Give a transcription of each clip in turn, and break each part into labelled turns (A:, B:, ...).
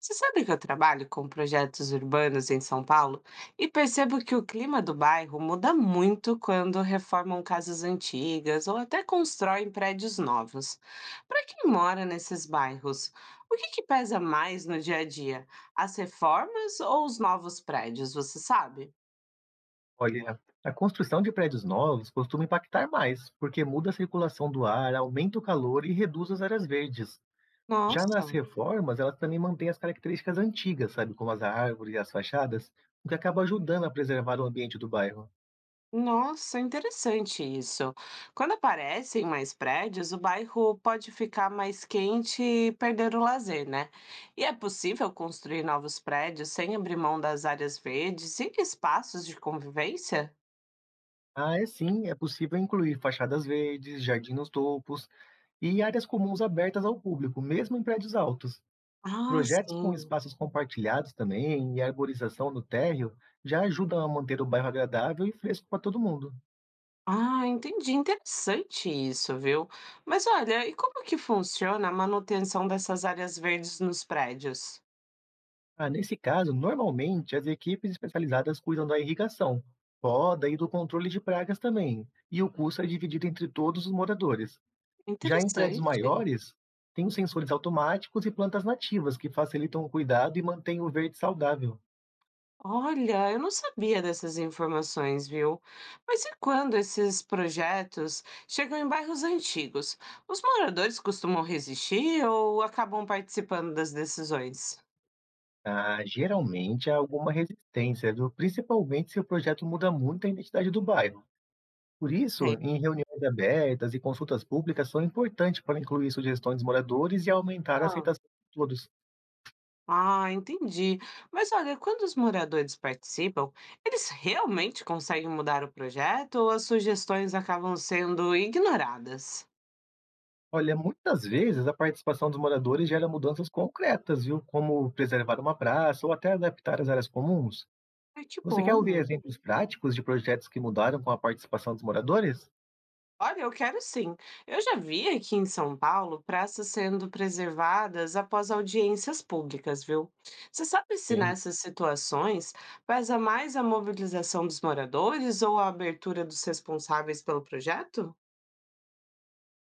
A: Você sabe que eu trabalho com projetos urbanos em São Paulo e percebo que o clima do bairro muda muito quando reformam casas antigas ou até constroem prédios novos. Para quem mora nesses bairros, o que que pesa mais no dia a dia? As reformas ou os novos prédios, você sabe?
B: Olha, a construção de prédios novos costuma impactar mais, porque muda a circulação do ar, aumenta o calor e reduz as áreas verdes. Já nas
A: Nossa.
B: reformas, elas também mantêm as características antigas, sabe, como as árvores e as fachadas, o que acaba ajudando a preservar o ambiente do bairro.
A: Nossa, interessante isso. Quando aparecem mais prédios, o bairro pode ficar mais quente e perder o lazer, né? E é possível construir novos prédios sem abrir mão das áreas verdes e espaços de convivência?
B: Ah, é sim, é possível incluir fachadas verdes, jardins nos topos e áreas comuns abertas ao público, mesmo em prédios altos.
A: Ah,
B: Projetos com
A: sim.
B: espaços compartilhados também e arborização no térreo já ajudam a manter o bairro agradável e fresco para todo mundo.
A: Ah, entendi. Interessante isso, viu? Mas olha, e como que funciona a manutenção dessas áreas verdes nos prédios?
B: Ah, nesse caso, normalmente as equipes especializadas cuidam da irrigação, poda e do controle de pragas também, e o custo é dividido entre todos os moradores. Já em prédios
A: Interessante.
B: maiores, tem os sensores automáticos e plantas nativas que facilitam o cuidado e mantêm o verde saudável.
A: Olha, eu não sabia dessas informações, viu? Mas e quando esses projetos chegam em bairros antigos? Os moradores costumam resistir ou acabam participando das decisões?
B: Ah, geralmente há alguma resistência, viu? Principalmente se o projeto muda muito a identidade do bairro. Por isso,
A: Tem-
B: em reuniões abertas e consultas públicas são importantes para incluir sugestões dos moradores e aumentar a
A: Ah,
B: aceitação de todos.
A: ah, entendi. Mas olha, quando os moradores participam, eles realmente conseguem mudar o projeto ou as sugestões acabam sendo ignoradas?
B: Olha, muitas vezes a participação dos moradores gera mudanças concretas, viu? Como preservar uma praça ou até adaptar as áreas comuns.
A: Ai, que
B: Você quer ouvir
A: bom.
B: exemplos práticos de projetos que mudaram com a participação dos moradores?
A: Olha, eu quero sim. Eu já vi aqui em São Paulo praças sendo preservadas após audiências públicas, viu? Você sabe se
B: Sim.
A: nessas situações pesa mais a mobilização dos moradores ou a abertura dos responsáveis pelo projeto?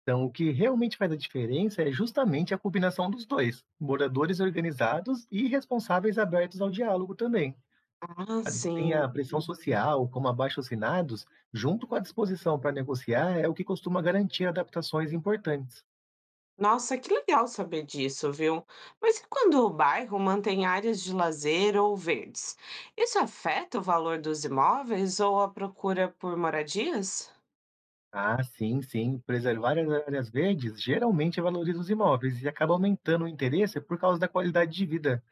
B: Então, o que realmente faz a diferença é justamente a combinação dos dois, moradores organizados e responsáveis abertos ao diálogo também.
A: Ah,
B: Tem
A: sim.
B: a pressão social, como abaixo-assinados, junto com a disposição para negociar, é o que costuma garantir adaptações importantes.
A: Nossa, que legal saber disso, viu? Mas e quando o bairro mantém áreas de lazer ou verdes? Isso afeta o valor dos imóveis ou a procura por moradias?
B: Ah, sim, sim. Preservar as áreas verdes geralmente valoriza os imóveis e acaba aumentando o interesse por causa da qualidade de vida.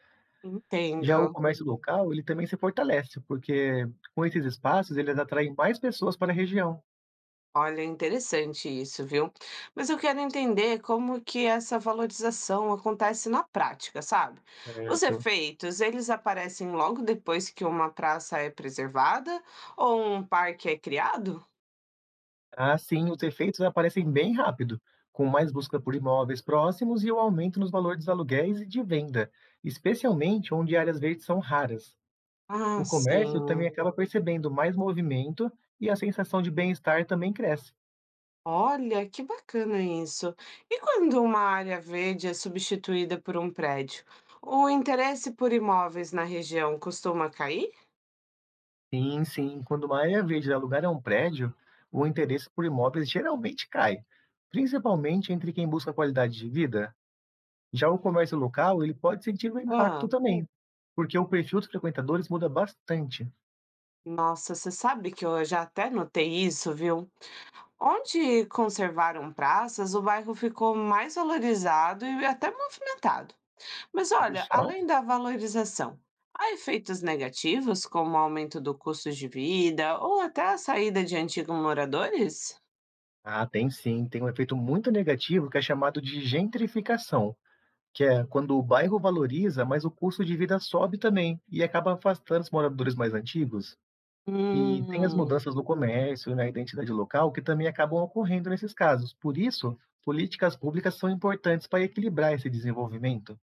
A: Entendo.
B: Já o comércio local, ele também se fortalece, porque com esses espaços eles atraem mais pessoas para a região.
A: Olha, é interessante isso, viu? Mas eu quero entender como que essa valorização acontece na prática, sabe? Os
B: Certo.
A: efeitos, eles aparecem logo depois que uma praça é preservada ou um parque é criado?
B: Ah, sim. Os efeitos aparecem bem rápido, com mais busca por imóveis próximos e o aumento nos valores dos aluguéis e de venda, especialmente onde áreas verdes são raras.
A: Ah,
B: O comércio também
A: sim.
B: acaba percebendo mais movimento e a sensação de bem-estar também cresce.
A: Olha, que bacana isso. E quando uma área verde é substituída por um prédio, o interesse por imóveis na região costuma cair?
B: Sim, sim. Quando uma área verde dá lugar a um prédio, o interesse por imóveis geralmente cai, principalmente entre quem busca qualidade de vida. Já o comércio local, ele pode sentir um
A: Ah,
B: impacto também, porque o perfil dos frequentadores muda bastante.
A: nossa, você sabe que eu já até notei isso, viu? Onde conservaram praças, o bairro ficou mais valorizado e até movimentado. Mas
B: Viu só?
A: olha,
B: Então,
A: além da valorização, há efeitos negativos, como o aumento do custo de vida ou até a saída de antigos moradores?
B: ah, tem sim, tem um efeito muito negativo que é chamado de gentrificação, que é quando o bairro valoriza, mas o custo de vida sobe também e acaba afastando os moradores mais antigos. E tem as
A: Hum,
B: mudanças no comércio, e na identidade local, que também acabam ocorrendo nesses casos. Por isso, políticas públicas são importantes para equilibrar esse desenvolvimento.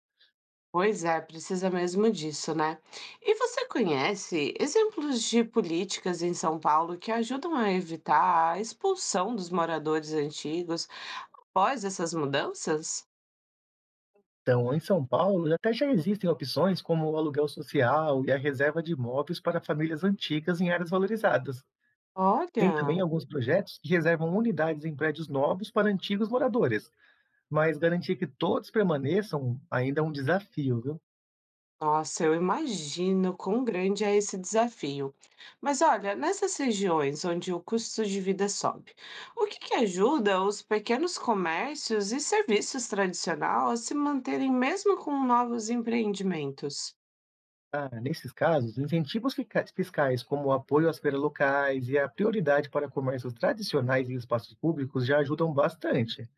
A: pois é, precisa mesmo disso, né? E você conhece exemplos de políticas em São Paulo que ajudam a evitar a expulsão dos moradores antigos após essas mudanças?
B: Então, em São Paulo, até já existem opções como o aluguel social e a reserva de imóveis para famílias antigas em áreas valorizadas. Tem também
A: Olha.
B: alguns projetos que reservam unidades em prédios novos para antigos moradores, mas garantir que todos permaneçam ainda é um desafio, viu?
A: Nossa, eu imagino quão grande é esse desafio. Mas olha, nessas regiões onde o custo de vida sobe, o que que ajuda os pequenos comércios e serviços tradicionais a se manterem mesmo com novos empreendimentos?
B: Ah, nesses casos, incentivos fiscais como o apoio às feiras locais e a prioridade para comércios tradicionais em espaços públicos já ajudam bastante.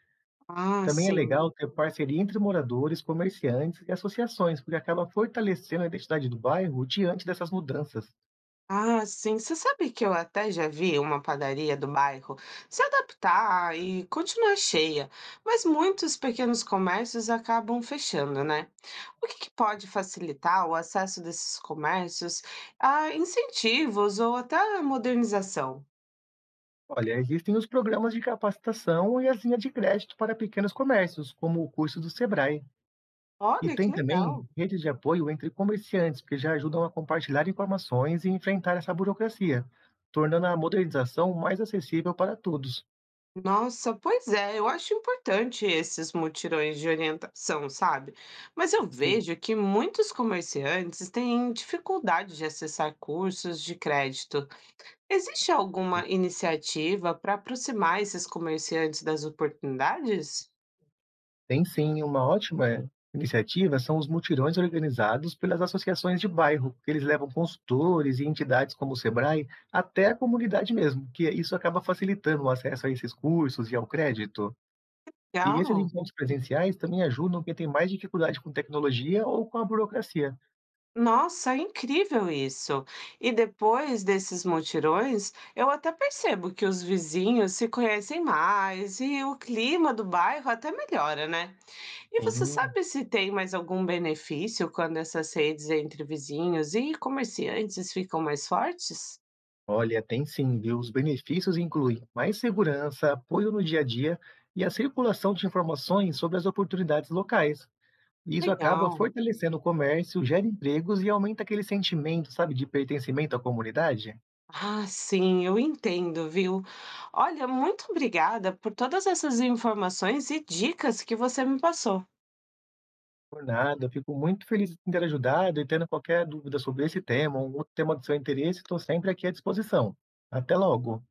A: Ah,
B: Também é
A: sim.
B: legal ter parceria entre moradores, comerciantes e associações, porque acaba fortalecendo a identidade do bairro diante dessas mudanças.
A: Ah, sim. Você sabe que eu até já vi uma padaria do bairro se adaptar e continuar cheia, mas muitos pequenos comércios acabam fechando, né? O que que pode facilitar o acesso desses comércios a incentivos ou até a modernização?
B: Olha, existem os programas de capacitação e a linhas de crédito para pequenos comércios, como o curso do Sebrae. E
A: Olha que
B: tem
A: legal.
B: também redes de apoio entre comerciantes, que já ajudam a compartilhar informações e enfrentar essa burocracia, tornando a modernização mais acessível para todos.
A: Nossa, pois é, eu acho importante esses mutirões de orientação, sabe? Mas eu
B: Sim.
A: vejo que muitos comerciantes têm dificuldade de acessar cursos de crédito. Existe alguma iniciativa para aproximar esses comerciantes das oportunidades?
B: Tem sim uma ótima iniciativa, são os mutirões organizados pelas associações de bairro, que eles levam consultores e entidades como o Sebrae até a comunidade mesmo, que isso acaba facilitando o acesso a esses cursos e ao crédito. E esses
A: Legal.
B: encontros presenciais também ajudam quem tem mais dificuldade com tecnologia ou com a burocracia.
A: Nossa, é incrível isso. E depois desses mutirões, eu até percebo que os vizinhos se conhecem mais e o clima do bairro até melhora, né? E você
B: Sim.
A: sabe se tem mais algum benefício quando essas redes entre vizinhos e comerciantes ficam mais fortes?
B: Olha, tem sim, viu? Os benefícios incluem mais segurança, apoio no dia a dia e a circulação de informações sobre as oportunidades locais. E isso acaba
A: Legal.
B: fortalecendo o comércio, gera empregos e aumenta aquele sentimento, sabe, de pertencimento à comunidade.
A: Ah, sim, eu entendo, viu? Olha, muito obrigada por todas essas informações e dicas que você me passou.
B: Por nada, eu fico muito feliz em ter ajudado e tendo qualquer dúvida sobre esse tema ou um outro tema do seu interesse, estou sempre aqui à disposição. Até logo!